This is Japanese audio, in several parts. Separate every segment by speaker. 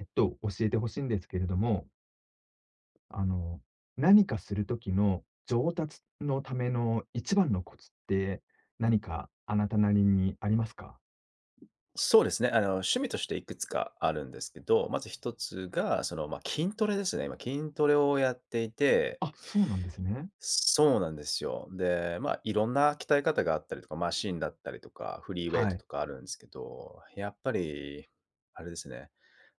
Speaker 1: 教えてほしいんですけれども、あの、何かする時の上達のための一番のコツって、何かあなたなりにありますか？
Speaker 2: そうですね。趣味としていくつかあるんですけど、まず一つが、その、ま、あ筋トレですね。今筋トレをやっていて。
Speaker 1: あ、そうなんですね。
Speaker 2: そうなんですよ。で、まあ、いろんな鍛え方があったりとか、マシンだったりとか、フリーウェイ
Speaker 1: は
Speaker 2: ト
Speaker 1: い、
Speaker 2: とかあるんですけど、やっぱり、あれですね、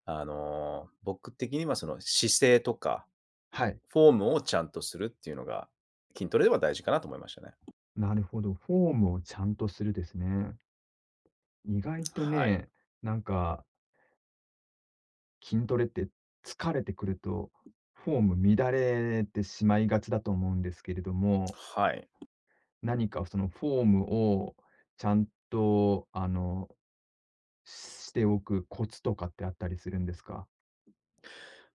Speaker 2: 僕的にはその姿勢とか、
Speaker 1: はい。
Speaker 2: フォームをちゃんとするっていうのが、筋トレでは大事かなと思いましたね。
Speaker 1: なるほど、フォームをちゃんとするですね。意外と
Speaker 2: はい。
Speaker 1: ね、なんか筋トレって疲れてくると、フォーム乱れてしまいがちだと思うんですけれども、
Speaker 2: はい。
Speaker 1: 何かそのフォームをちゃんとしておくコツとかってあったりするんですか？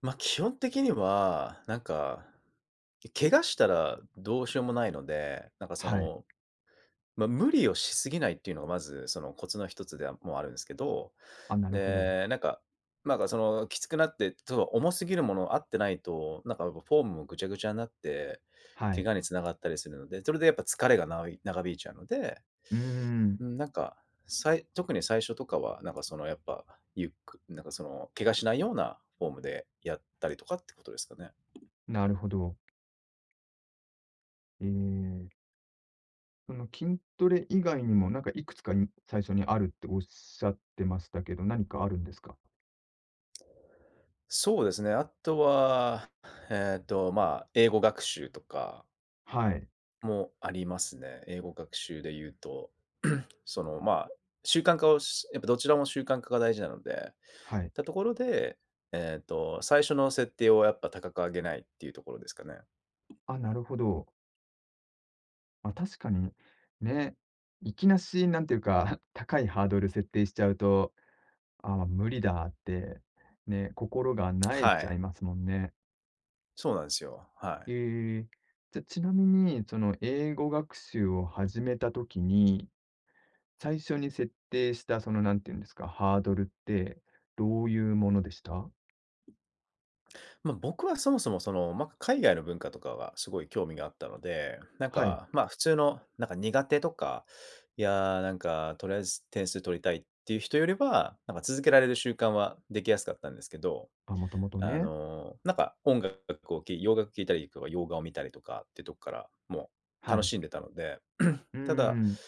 Speaker 2: まあ、基本的には、なんか、怪我したらどうしようもないので、なんかそ
Speaker 1: はい。
Speaker 2: の、まあ、無理をしすぎないっていうのがまずそのコツの一つではもうあるんですけど、
Speaker 1: あ、なるほど。
Speaker 2: で、なんか、そのきつくなって、そう、重すぎるもの合ってないと、なんかフォームもぐちゃぐちゃになって、
Speaker 1: は
Speaker 2: 怪
Speaker 1: い。
Speaker 2: 我に繋がったりするので、それでやっぱ疲れが長引いちゃうので、
Speaker 1: うーん、
Speaker 2: うん、なんか、さい特に最初とかは、なんかそのやっぱ、ゆっくなんかその怪我しないようなフォームでやったりとかってことですかね。
Speaker 1: なるほど。えーその筋トレ以外にも、なんかいくつかに最初にあるっておっしゃってましたけど、何かあるんですか？
Speaker 2: そうですね。あとは、まあ、英語学習とか
Speaker 1: はい、
Speaker 2: もありますね。英語学習で言うと、その、まあ、習慣化をしやっぱどちらも習慣化が大事なので、
Speaker 1: はい。
Speaker 2: たところで、最初の設定をやっぱ高く上げないっていうところですかね。
Speaker 1: あ、なるほど。まあ、確かに、ね、いきなし、なんていうか、高いハードル設定しちゃうと、あー無理だって、ね、心が萎え
Speaker 2: は
Speaker 1: ちゃ
Speaker 2: い。
Speaker 1: いますもんね。
Speaker 2: そうなんですよ。はい。
Speaker 1: ええ、じゃ、ちなみに、その英語学習を始めた時に、最初に設定したそのなんていうんですか、ハードルってどういうものでした
Speaker 2: まあ、僕はそもそも、その、まあ、海外の文化とかはすごい興味があったので、なん
Speaker 1: はい。
Speaker 2: か、ま、普通のなんか苦手とか、いや、なんかとりあえず点数取りたいっていう人よりは、なんか続けられる習慣はできやすかったんですけど、
Speaker 1: あ、もともとね。
Speaker 2: なんか音楽をき洋楽聴いたりとか洋画を見たりとかっていうとこからもう
Speaker 1: は
Speaker 2: 楽
Speaker 1: い。
Speaker 2: しんでたので、
Speaker 1: うー
Speaker 2: ただ、
Speaker 1: ん、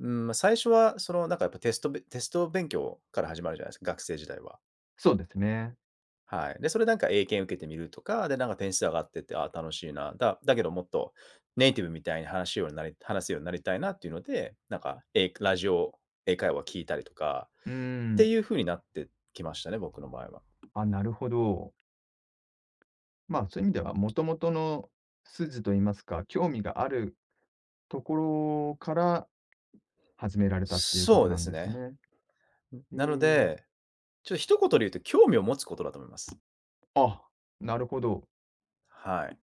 Speaker 2: うん、ま、最初はその、なんかやっぱテスト勉強から始まるじゃないですか、学生時代は。
Speaker 1: そうですね。
Speaker 2: はい。で、それなんか英検受けてみるとか、で、なんか点数上がってって、ああ、楽しいな。だけどもっとネイティブみたいに話せるようになりたいなっていうので、なんか、英ラジオ英会話聞いたりとか
Speaker 1: うー
Speaker 2: って
Speaker 1: ん。
Speaker 2: いう風になってきましたね、僕の場合は。
Speaker 1: あ、なるほど。まあ、そういう意味ではもともとの筋と言いますか、興味があるところから始められたっていうこ
Speaker 2: そ
Speaker 1: と
Speaker 2: うで
Speaker 1: なん
Speaker 2: す
Speaker 1: です
Speaker 2: ね。
Speaker 1: ね。え
Speaker 2: なの
Speaker 1: え。
Speaker 2: で、ちょっと一言で言うと興味を持つことだと思います。
Speaker 1: あ、なるほど。
Speaker 2: はい。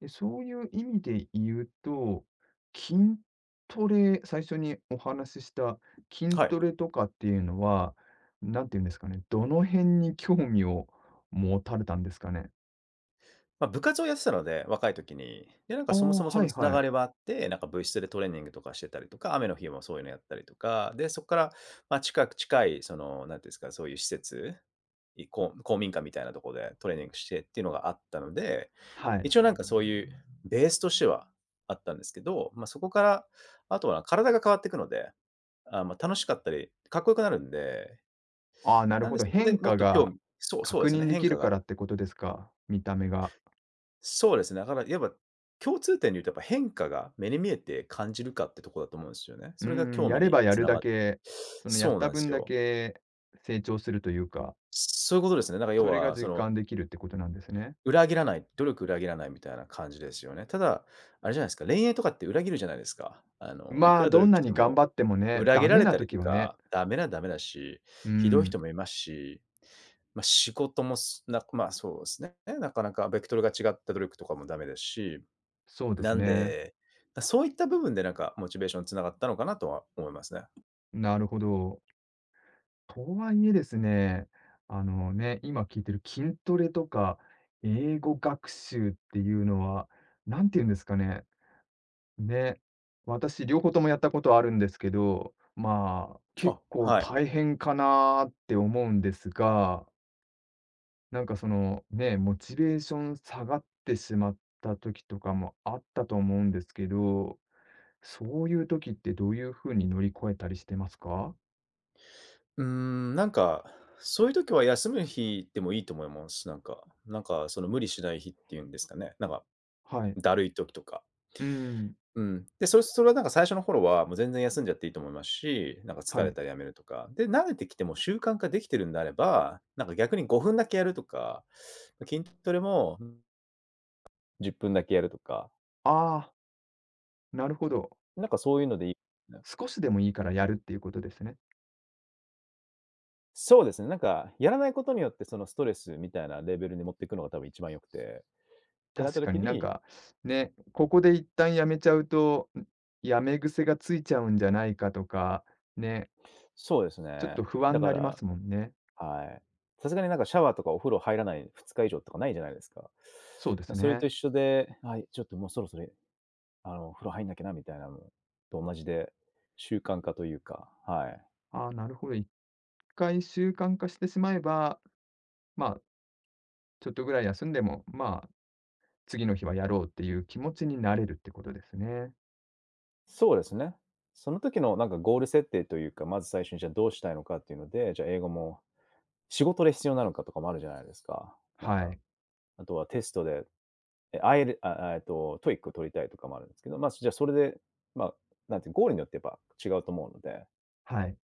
Speaker 1: で、そういう意味で言うと、筋トレ、最初にお話しした筋
Speaker 2: はい。
Speaker 1: トレとかっていうのは、なんて言うんですかね、どの辺に興味を持たれたんですかね？
Speaker 2: まあ、部活をやってたので、若い時に。で、なんか
Speaker 1: ああ、
Speaker 2: そもそもそ
Speaker 1: は
Speaker 2: の
Speaker 1: い
Speaker 2: つな
Speaker 1: は
Speaker 2: が
Speaker 1: い。
Speaker 2: りはあって、なんか部室でトレーニングとかしてたりとか、雨の日もそういうのやったりとか、で、そこから、まあ、近いその、何ていうんですか、そういう施設、いこう公民館みたいなところでトレーニングしてっていうのがあったので、
Speaker 1: はい。
Speaker 2: 一応なんかそういうベースとしてはあったんですけど、まあ、そこから、あとは体が変わっていくので、あ、ま、楽しかったり、かっこよくなるんで、
Speaker 1: ああ、な
Speaker 2: な
Speaker 1: る
Speaker 2: ん
Speaker 1: ほ
Speaker 2: で
Speaker 1: ど、
Speaker 2: そこで
Speaker 1: 変
Speaker 2: もっ
Speaker 1: 化
Speaker 2: と興
Speaker 1: が
Speaker 2: 味そう、そうで
Speaker 1: 確
Speaker 2: すね、
Speaker 1: 認で
Speaker 2: 変
Speaker 1: き
Speaker 2: 化
Speaker 1: るか
Speaker 2: が。
Speaker 1: らってことですか、見た目が。
Speaker 2: そうですね。だから、やっぱ共通点で言うとやっぱ変化が目に見えて感じるかってとこだと思うんですよね。
Speaker 1: う
Speaker 2: そ
Speaker 1: ー
Speaker 2: れが
Speaker 1: ん、
Speaker 2: 興
Speaker 1: や
Speaker 2: 味
Speaker 1: れ
Speaker 2: に
Speaker 1: ばや
Speaker 2: つ
Speaker 1: る
Speaker 2: な
Speaker 1: だ
Speaker 2: がっ。
Speaker 1: け、そのやっ
Speaker 2: そうな
Speaker 1: た
Speaker 2: んです
Speaker 1: 分だ
Speaker 2: よ。
Speaker 1: け成長するというか、
Speaker 2: そういうことですね。だから要
Speaker 1: それが
Speaker 2: はそ
Speaker 1: 実
Speaker 2: の
Speaker 1: 感できるってことなんですね。
Speaker 2: 裏切らない、努力裏切らないみたいな感じですよね。ただ、あれじゃないですか、恋愛とかって裏切るじゃないですか。いく
Speaker 1: まあ、
Speaker 2: ら努
Speaker 1: どん
Speaker 2: 力し
Speaker 1: な
Speaker 2: て
Speaker 1: に頑
Speaker 2: も
Speaker 1: 張ってもね、
Speaker 2: 裏切
Speaker 1: ダ
Speaker 2: ら
Speaker 1: メ
Speaker 2: れ
Speaker 1: な
Speaker 2: たり
Speaker 1: 時
Speaker 2: と
Speaker 1: はね
Speaker 2: か、ダメだし、
Speaker 1: うー
Speaker 2: ひどい
Speaker 1: ん、
Speaker 2: 人もいますし、まあ、仕事もすなまあ、そうですね。なかなかベクトルが違った努力とかもダメですし
Speaker 1: そうで
Speaker 2: な
Speaker 1: す
Speaker 2: ん
Speaker 1: ね。
Speaker 2: で、そういった部分でなんかモチベーションつながったのかなとは思いますね。
Speaker 1: なるほど。とはいえですね、あのね、今聞いてる筋トレとか、英語学習っていうのは、なんて言うんですかね、ね、私両方ともやったことあるんですけど、まあ、結
Speaker 2: あ、
Speaker 1: 構
Speaker 2: はい。
Speaker 1: 大変かなって思うんですが、なんかその、ね、モチベーション下がってしまった時とかもあったと思うんですけど、そういう時ってどういうふうに乗り越えたりしてますか？
Speaker 2: うーん、なんか、そういう時は休む日でもいいと思います。なんか、その無理しない日っていうんですかね。なんか、
Speaker 1: はい。
Speaker 2: だるい時とか。
Speaker 1: うーん、
Speaker 2: うん。で、それはなんか最初の頃はもう全然休んじゃっていいと思いますし、なんか疲
Speaker 1: は
Speaker 2: れ
Speaker 1: い。
Speaker 2: たらやめるとか。で、慣れてきても習慣化できてるんであれば、なんか逆に5分だけやるとか、筋トレも10分だけやるとか、
Speaker 1: ああ、なるほど。
Speaker 2: なんかそういうのでいい。
Speaker 1: 少しでもいいからやるっていうことですね。
Speaker 2: そうですね、なんか、やらないことによって、そのストレスみたいなレベルに持っていくのが多分一番良くて、ってなった
Speaker 1: 確か
Speaker 2: 時
Speaker 1: になん
Speaker 2: に。
Speaker 1: か、ね、ここで一旦やめちゃうと、ん、やめ癖がついちゃうんじゃないかとか、ね、
Speaker 2: そうです
Speaker 1: ちょっと
Speaker 2: ね。
Speaker 1: 不安
Speaker 2: だ
Speaker 1: に
Speaker 2: か
Speaker 1: なりま
Speaker 2: ら、
Speaker 1: すもんね。
Speaker 2: はい。さすがになんかシャワーとかお風呂入らない2日以上とかないじゃないですか。
Speaker 1: そうで
Speaker 2: ま
Speaker 1: す
Speaker 2: それと
Speaker 1: ね。
Speaker 2: 一緒で、はい、ちょっともうそろそろ、お風呂入んなきゃなみたいなのと同じで、習慣化というか、はい。
Speaker 1: ああ、なるほど。一回習慣化してしまえば、まあ、ちょっとぐらい休んでも、まあ、次の日はやろうっていう気持ちになれるってことですね。
Speaker 2: そうですね。その時のなんかゴール設定というか、まず最初にじゃあどうしたいのかっていうので、じゃあ英語も仕事で必要なのかとかもあるじゃないですか。なん
Speaker 1: は
Speaker 2: か、
Speaker 1: い、
Speaker 2: あとはテストでえ、アイエルあ、あ、えっと、TOEIC 取りたいとかもあるんですけど、ま、じゃあそれで、ま、なんていう、ゴールによってやっぱ違うと思うので、
Speaker 1: はい。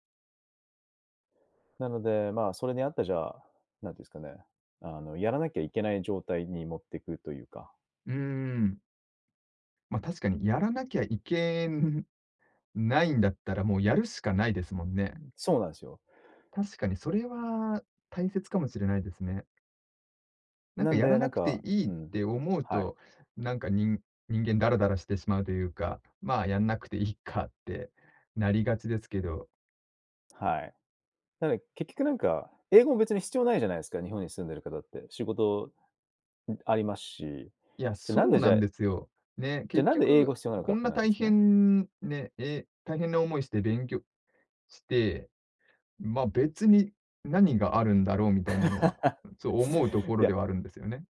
Speaker 2: なので、まあ、それに合ったじゃあ、なんていうんですかね、やらなきゃいけない状態に持ってくというか。
Speaker 1: うーん、ま、確かにやらなきゃいけないんだったら、もうやるしかないですもんね。
Speaker 2: そうなんすよ。
Speaker 1: 確かにそれは大切かもしれないですね。なん
Speaker 2: な
Speaker 1: か
Speaker 2: ん
Speaker 1: やら
Speaker 2: で、なん
Speaker 1: なくて
Speaker 2: か
Speaker 1: いい
Speaker 2: う
Speaker 1: っ
Speaker 2: ん。
Speaker 1: て思う
Speaker 2: はい。
Speaker 1: と、なんか人間ダラダラしてしまうというか、まあ、やんなくていいかってなりがちですけど、
Speaker 2: はい。なので、結局なんか、英語も別に必要ないじゃないですか、日本に住んでる方って。仕事、ん、ありますし。
Speaker 1: いや、
Speaker 2: じゃ、
Speaker 1: そ
Speaker 2: なん
Speaker 1: う
Speaker 2: でじ
Speaker 1: な
Speaker 2: ゃ
Speaker 1: ん
Speaker 2: あ
Speaker 1: ですよ。ね、
Speaker 2: じゃあ
Speaker 1: 結
Speaker 2: なんで英語
Speaker 1: 局、
Speaker 2: 必要
Speaker 1: こ
Speaker 2: なのか
Speaker 1: こ
Speaker 2: っ
Speaker 1: ん
Speaker 2: て
Speaker 1: な
Speaker 2: 話で
Speaker 1: 大
Speaker 2: すね。
Speaker 1: 変ね、え、大変な思いして勉強して、まあ、別に何があるんだろうみたいなのは、そう思うと
Speaker 2: い
Speaker 1: ころ
Speaker 2: や、
Speaker 1: ではあるんですよね。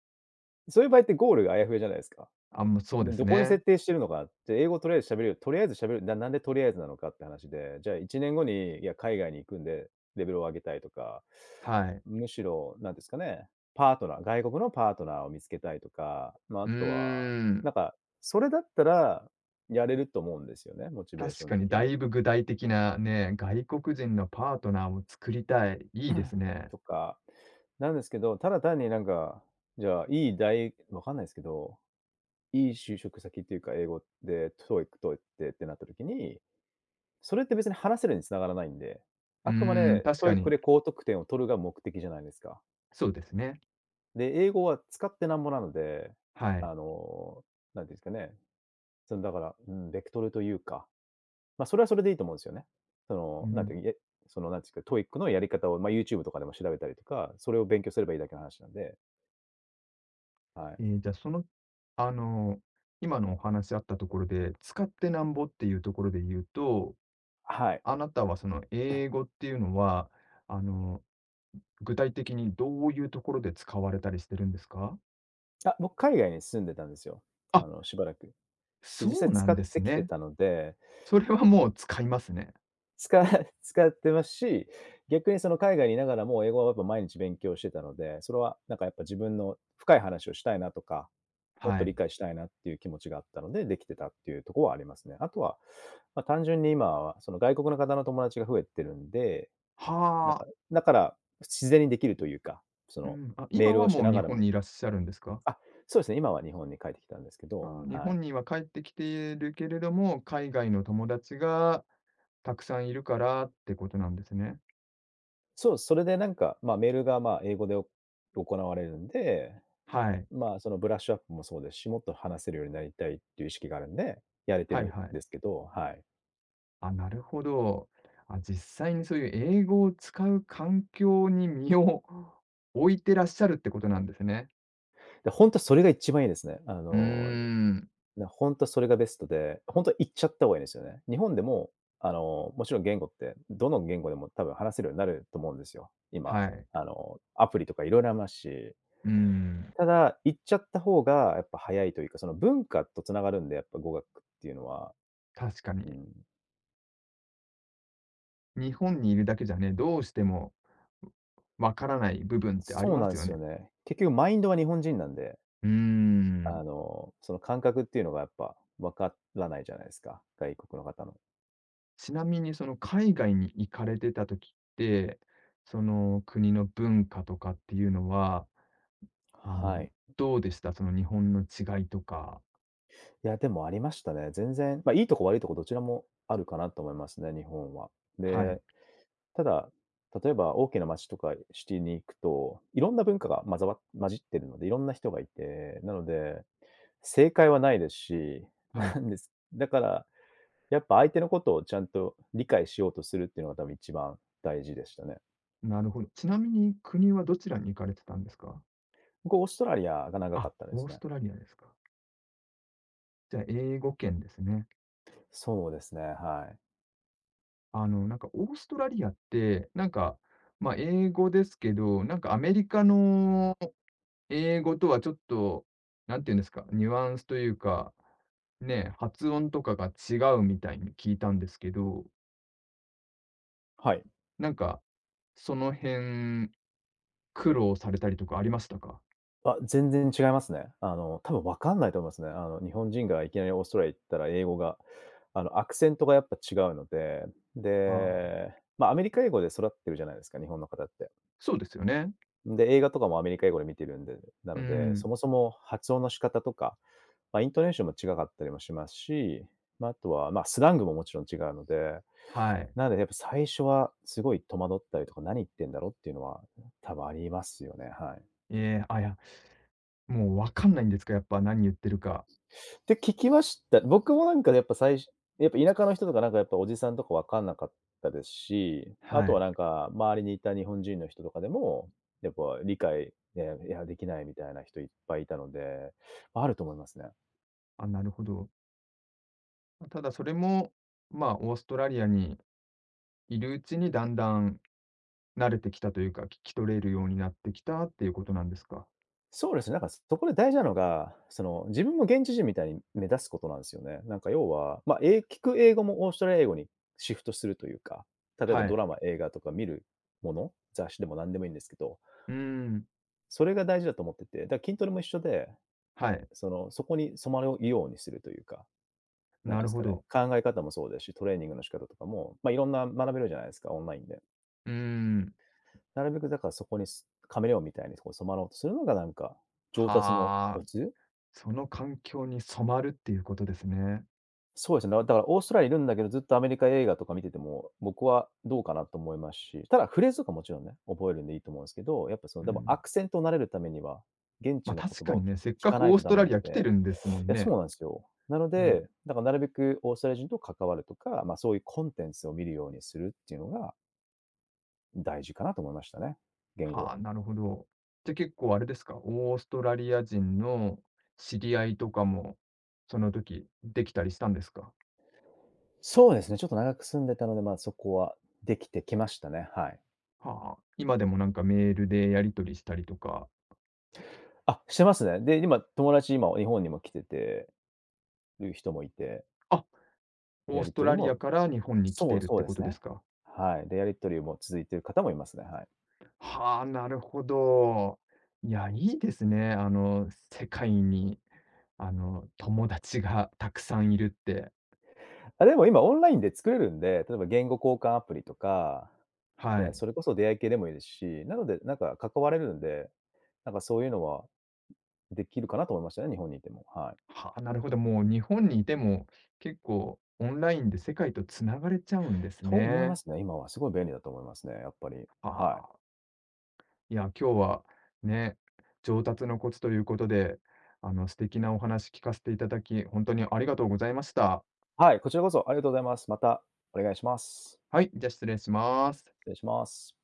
Speaker 2: そういう場合ってゴールがあやふやじゃないですか。
Speaker 1: あ、もうそうです
Speaker 2: どこに
Speaker 1: ね。
Speaker 2: 設定してるのかって、英語とりあえず喋る、なんでとりあえずなのかって話で、じゃあ1年後に、いや、海外に行くんで、レベルを上げたいとか、
Speaker 1: はい。
Speaker 2: むしろ、なんですかね、パートナー外国のパートナーを見つけたいとか、まあ、あ
Speaker 1: うー
Speaker 2: とは、な
Speaker 1: ん、
Speaker 2: んか、それだったら、やれると思うんですよね、モチベーシ
Speaker 1: 確
Speaker 2: ョン
Speaker 1: かに
Speaker 2: 的
Speaker 1: だ
Speaker 2: に。
Speaker 1: いぶ具体的なね、外国人のパートナーを作りたい、いいですね。
Speaker 2: とか、なんですけど、ただ単になんか、じゃあ、いい大わかんないですけど、いい就職先っていうか、英語でトー e i c 取ってってなった時に、それって別に話せるに繋がらないんで、
Speaker 1: う
Speaker 2: あくま
Speaker 1: ーん、
Speaker 2: で
Speaker 1: 確か
Speaker 2: TOEIC
Speaker 1: に、
Speaker 2: で高得点を取るが目的じゃないですか。
Speaker 1: そうですね。
Speaker 2: で、英語は使ってなんぼなので、
Speaker 1: はい。
Speaker 2: あの、なんていうんですかね、そのだから、うん、ベクトルというか、ま、それはそれでいいと思うんですよね。そ
Speaker 1: う
Speaker 2: の、なんてい
Speaker 1: ん。
Speaker 2: う、いえ、そのなんていうか、TOEIC のやり方を、ま、YouTube とかでも調べたりとか、それを勉強すればいいだけの話なんで、はい。
Speaker 1: じゃあその、あの、今のお話あったところで、使ってなんぼっていうところで言うと、
Speaker 2: はい。
Speaker 1: あなたはその英語っていうのは、あの、具体的にどういうところで使われたりしてるんですか
Speaker 2: あ、僕海外に住んでたんですよ。
Speaker 1: あ、
Speaker 2: しばらく。で、
Speaker 1: そ
Speaker 2: 実際
Speaker 1: うな
Speaker 2: 使
Speaker 1: ん
Speaker 2: っ
Speaker 1: です
Speaker 2: てきて
Speaker 1: ね。
Speaker 2: たので
Speaker 1: それはもう使いますね。
Speaker 2: 使 使ってますし、逆にその海外にいながらも英語はやっぱ毎日勉強してたので、それはなんかやっぱ自分の深い話をしたいなとか、もっ
Speaker 1: は
Speaker 2: と理
Speaker 1: い。
Speaker 2: 解したいなっていう気持ちがあったので、できてたっていうところはありますね。あとは、ま、単純に今はその外国の方の友達が増えてるんで、なん
Speaker 1: は
Speaker 2: か、
Speaker 1: あ。
Speaker 2: だから、自然にできるというか、そ
Speaker 1: う
Speaker 2: の
Speaker 1: ん、あ、
Speaker 2: メー
Speaker 1: 今
Speaker 2: ルを
Speaker 1: は
Speaker 2: し
Speaker 1: もう
Speaker 2: な
Speaker 1: 日
Speaker 2: がら
Speaker 1: 本
Speaker 2: も、
Speaker 1: にいらっしゃるんですか？
Speaker 2: あ、そうですね、今は日本に帰ってきたんですけど、
Speaker 1: あ日
Speaker 2: はい。
Speaker 1: 本には帰ってきているけれども、海外の友達がたくさんいるからってことなんですね。
Speaker 2: そう、それでなんか、ま、メールが、ま、英語で行われるんで、
Speaker 1: はい。
Speaker 2: まあ、そのブラッシュアップもそうですし、もっと話せるようになりたいっていう意識があるんで、やれて
Speaker 1: はい
Speaker 2: る
Speaker 1: は
Speaker 2: ん
Speaker 1: い。
Speaker 2: ですけど、はい。
Speaker 1: あ、なるほど。あ、実際にそういう英語を使う環境に身を置いてらっしゃるってことなんですね。
Speaker 2: で、ほんとそれが一番いいですね。
Speaker 1: うーん。
Speaker 2: ほんとそれがベストで、ほんと行っちゃった方がいいですよね。日本でも、あの、もちろん言語って、どの言語でも多分話せるようになると思うんですよ。今、
Speaker 1: はい。
Speaker 2: あの、アプリとか色々ありますし。
Speaker 1: うーん、
Speaker 2: ただ、行っちゃった方がやっぱ早いというか、その文化と繋がるんで、やっぱ語学っていうのは。
Speaker 1: 確か
Speaker 2: う
Speaker 1: に。
Speaker 2: ん。
Speaker 1: 日本にいるだけじゃね、どうしても、わからない部分ってあり
Speaker 2: そう
Speaker 1: ま
Speaker 2: な
Speaker 1: す
Speaker 2: ん
Speaker 1: よ
Speaker 2: すよ
Speaker 1: ね。
Speaker 2: ね。結局マインドは日本人なんで。
Speaker 1: うー
Speaker 2: あ
Speaker 1: ん。
Speaker 2: の、その感覚っていうのがやっぱ分からないじゃないですか、外国の方の。
Speaker 1: ちなみにその海外に行かれてた時って、その国の文化とかっていうのは、あ
Speaker 2: は
Speaker 1: の、
Speaker 2: い。
Speaker 1: どうでした？その日本の違いとか。
Speaker 2: いや、でもありましたね。全然、ま、いいとこ悪いとこどちらもあるかなと思いますね、日本は。
Speaker 1: は
Speaker 2: で、
Speaker 1: い、
Speaker 2: ただ、例えば大きな街とかシティに行くと、いろんな文化がまざわ混じってるので、いろんな人がいて、なので、正解はないですし、
Speaker 1: は
Speaker 2: な
Speaker 1: い。
Speaker 2: んです。だから、やっぱ相手のことをちゃんと理解しようとするっていうのが多分一番大事でしたね。
Speaker 1: なるほど。ちなみに国はどちらに行かれてたんですか？
Speaker 2: 僕オーストラリアが長か
Speaker 1: あ、
Speaker 2: ったで
Speaker 1: オー
Speaker 2: す
Speaker 1: ス
Speaker 2: ね。
Speaker 1: トラリアですか。じゃあ、英語圏ですね。
Speaker 2: そうですね、はい。
Speaker 1: あの、なんかオーストラリアって、なんか、まあ、英語ですけど、なんかアメリカの英語とはちょっと、なんて言うんですか、ニュアンスというか、ね、発音とかが違うみたいに聞いたんですけど、
Speaker 2: はい。
Speaker 1: なんか、その辺、苦労されたりとかありましたか？
Speaker 2: あ、全然違いますね。あの、多分わかんないと思いますね。あの、日本人がいきなりオーストラリア行ったら英語が、あの、アクセントがやっぱ違うので、
Speaker 1: ああ、
Speaker 2: で、まあ、アメリカ英語で育ってるじゃないですか、日本の方って。
Speaker 1: そうですよね。
Speaker 2: で、映画とかもアメリカ英語で見てるんで、な
Speaker 1: う
Speaker 2: ので、そ
Speaker 1: ん、
Speaker 2: もそも発音の仕方とか、まあ、イントネーションも違かったりもしますし、まあ、あとは、まあ、スラングももちろん違うので、
Speaker 1: はい。
Speaker 2: なのでやっぱ最初はすごい戸惑ったりとか、何言ってんだろうっていうのは多分ありますよね、はい。
Speaker 1: ええ、あ、いや、もう分かんないんですか、やっぱ何言ってるか。
Speaker 2: て聞きました。僕もなんかやっぱ最初、やっぱ田舎の人とかなんかやっぱおじさんとか分かんなかったですし、あ
Speaker 1: は
Speaker 2: とは
Speaker 1: い。
Speaker 2: なんか周りにいた日本人の人とかでも、やっぱ理解、ね、いや、できないみたいな人いっぱいいたので、あると思いますね。
Speaker 1: あ、なるほど。まただそれも、ま、あオーストラリアにいるうちにだんだん慣れてきたというか、聞き取れるようになってきたっていうことなんですか？
Speaker 2: そうですね、なんかそこで大事なのが、その自分も現地人みたいに目指すことなんですよね。なんか要は、まあ、聞く英語もオーストラリア英語にシフトするというか、例えば
Speaker 1: は
Speaker 2: ド
Speaker 1: い。
Speaker 2: ラマ、映画とか見るもの、雑誌でも何でもいいんですけど、
Speaker 1: うーん、
Speaker 2: それが大事だと思ってて、だから筋トレも一緒で
Speaker 1: はい、
Speaker 2: その、そこに染まるようにするというか、なん
Speaker 1: な
Speaker 2: ていうんで
Speaker 1: る
Speaker 2: す
Speaker 1: ほ
Speaker 2: かね、
Speaker 1: ど。
Speaker 2: 考え方もそうですし、トレーニングの仕方とかも、まあ、いろんな学べるじゃないですか、オンラインで。
Speaker 1: うーん、
Speaker 2: なるべくだからそこにカメレオンみたいにこう染まろうとするのがなんか、上達の
Speaker 1: は
Speaker 2: コ
Speaker 1: あ、
Speaker 2: ツ。
Speaker 1: その環境に染まるっていうことですね。
Speaker 2: そうですね。だからオーストラリアいるんだけど、ずっとアメリカ映画とか見てても、僕はどうかなと思いますし、ただフレーズとかもちろんね、覚えるんでいいと思うんですけど、やっぱその、
Speaker 1: う
Speaker 2: でもア
Speaker 1: ん。
Speaker 2: クセントを慣れるためには、現地
Speaker 1: ま、
Speaker 2: の
Speaker 1: 確
Speaker 2: 言葉
Speaker 1: か
Speaker 2: を
Speaker 1: にね、せっ
Speaker 2: 聞
Speaker 1: か
Speaker 2: か
Speaker 1: く
Speaker 2: ない
Speaker 1: オー
Speaker 2: と
Speaker 1: ス
Speaker 2: ダ
Speaker 1: ト
Speaker 2: メ
Speaker 1: ラ
Speaker 2: な
Speaker 1: リ
Speaker 2: ん
Speaker 1: ア来て
Speaker 2: で、
Speaker 1: るんですもん
Speaker 2: いや、そう
Speaker 1: ね。
Speaker 2: なんですよ。なの
Speaker 1: ね、
Speaker 2: で、だからなるべくオーストラリア人と関わるとか、まあ、そういうコンテンツを見るようにするっていうのが大事かなと思いましたね、言語
Speaker 1: はあ、
Speaker 2: は。
Speaker 1: なるほど。じゃ、結構あれですか、オーストラリア人の知り合いとかも、その時できたりしたんですか？
Speaker 2: そうですね、ちょっと長く住んでたので、まあ、そこはできてきましたね、はい。
Speaker 1: はあ、今でもなんかメールでやり取りしたりとか、
Speaker 2: あ、してますね。で、今友達今日本にも来ててる人もいて、
Speaker 1: あ、
Speaker 2: で、
Speaker 1: オー
Speaker 2: や
Speaker 1: ス
Speaker 2: り
Speaker 1: ト
Speaker 2: 取り
Speaker 1: ラリア
Speaker 2: も、
Speaker 1: から日本に来
Speaker 2: そ
Speaker 1: て
Speaker 2: う、
Speaker 1: るっ
Speaker 2: そう
Speaker 1: て
Speaker 2: で
Speaker 1: こ
Speaker 2: す
Speaker 1: とで
Speaker 2: ね。
Speaker 1: すか？
Speaker 2: はい。で、やり取りも続いている方もいますね、はい。
Speaker 1: はあ、なるほど。いや、いいですね。あの、世界に、あの、友達がたくさんいるって。
Speaker 2: あ、でも今オンラインで作れるんで、例えば言語交換アプリとか、
Speaker 1: は
Speaker 2: ね、
Speaker 1: い。
Speaker 2: それこそ出会い系でもいいですし、なので、なんか関われるんで、なんかそういうのはできるかなと思いましたね、日本にいても、はい。
Speaker 1: はあ、なるほど。もう日本にいても、結構オンラインで世界とつながれちゃうんです
Speaker 2: と思いま
Speaker 1: ね。
Speaker 2: すね、今はすごい便利だと思いますね、やっぱり。はい。
Speaker 1: はあ。いや、今日はね、上達のコツということで、あの、素敵なお話聞かせていただき、本当にありがとうございました。
Speaker 2: はい、こちらこそありがとうございます。またお願いします。
Speaker 1: はい、じゃ、失礼します。
Speaker 2: 失礼します。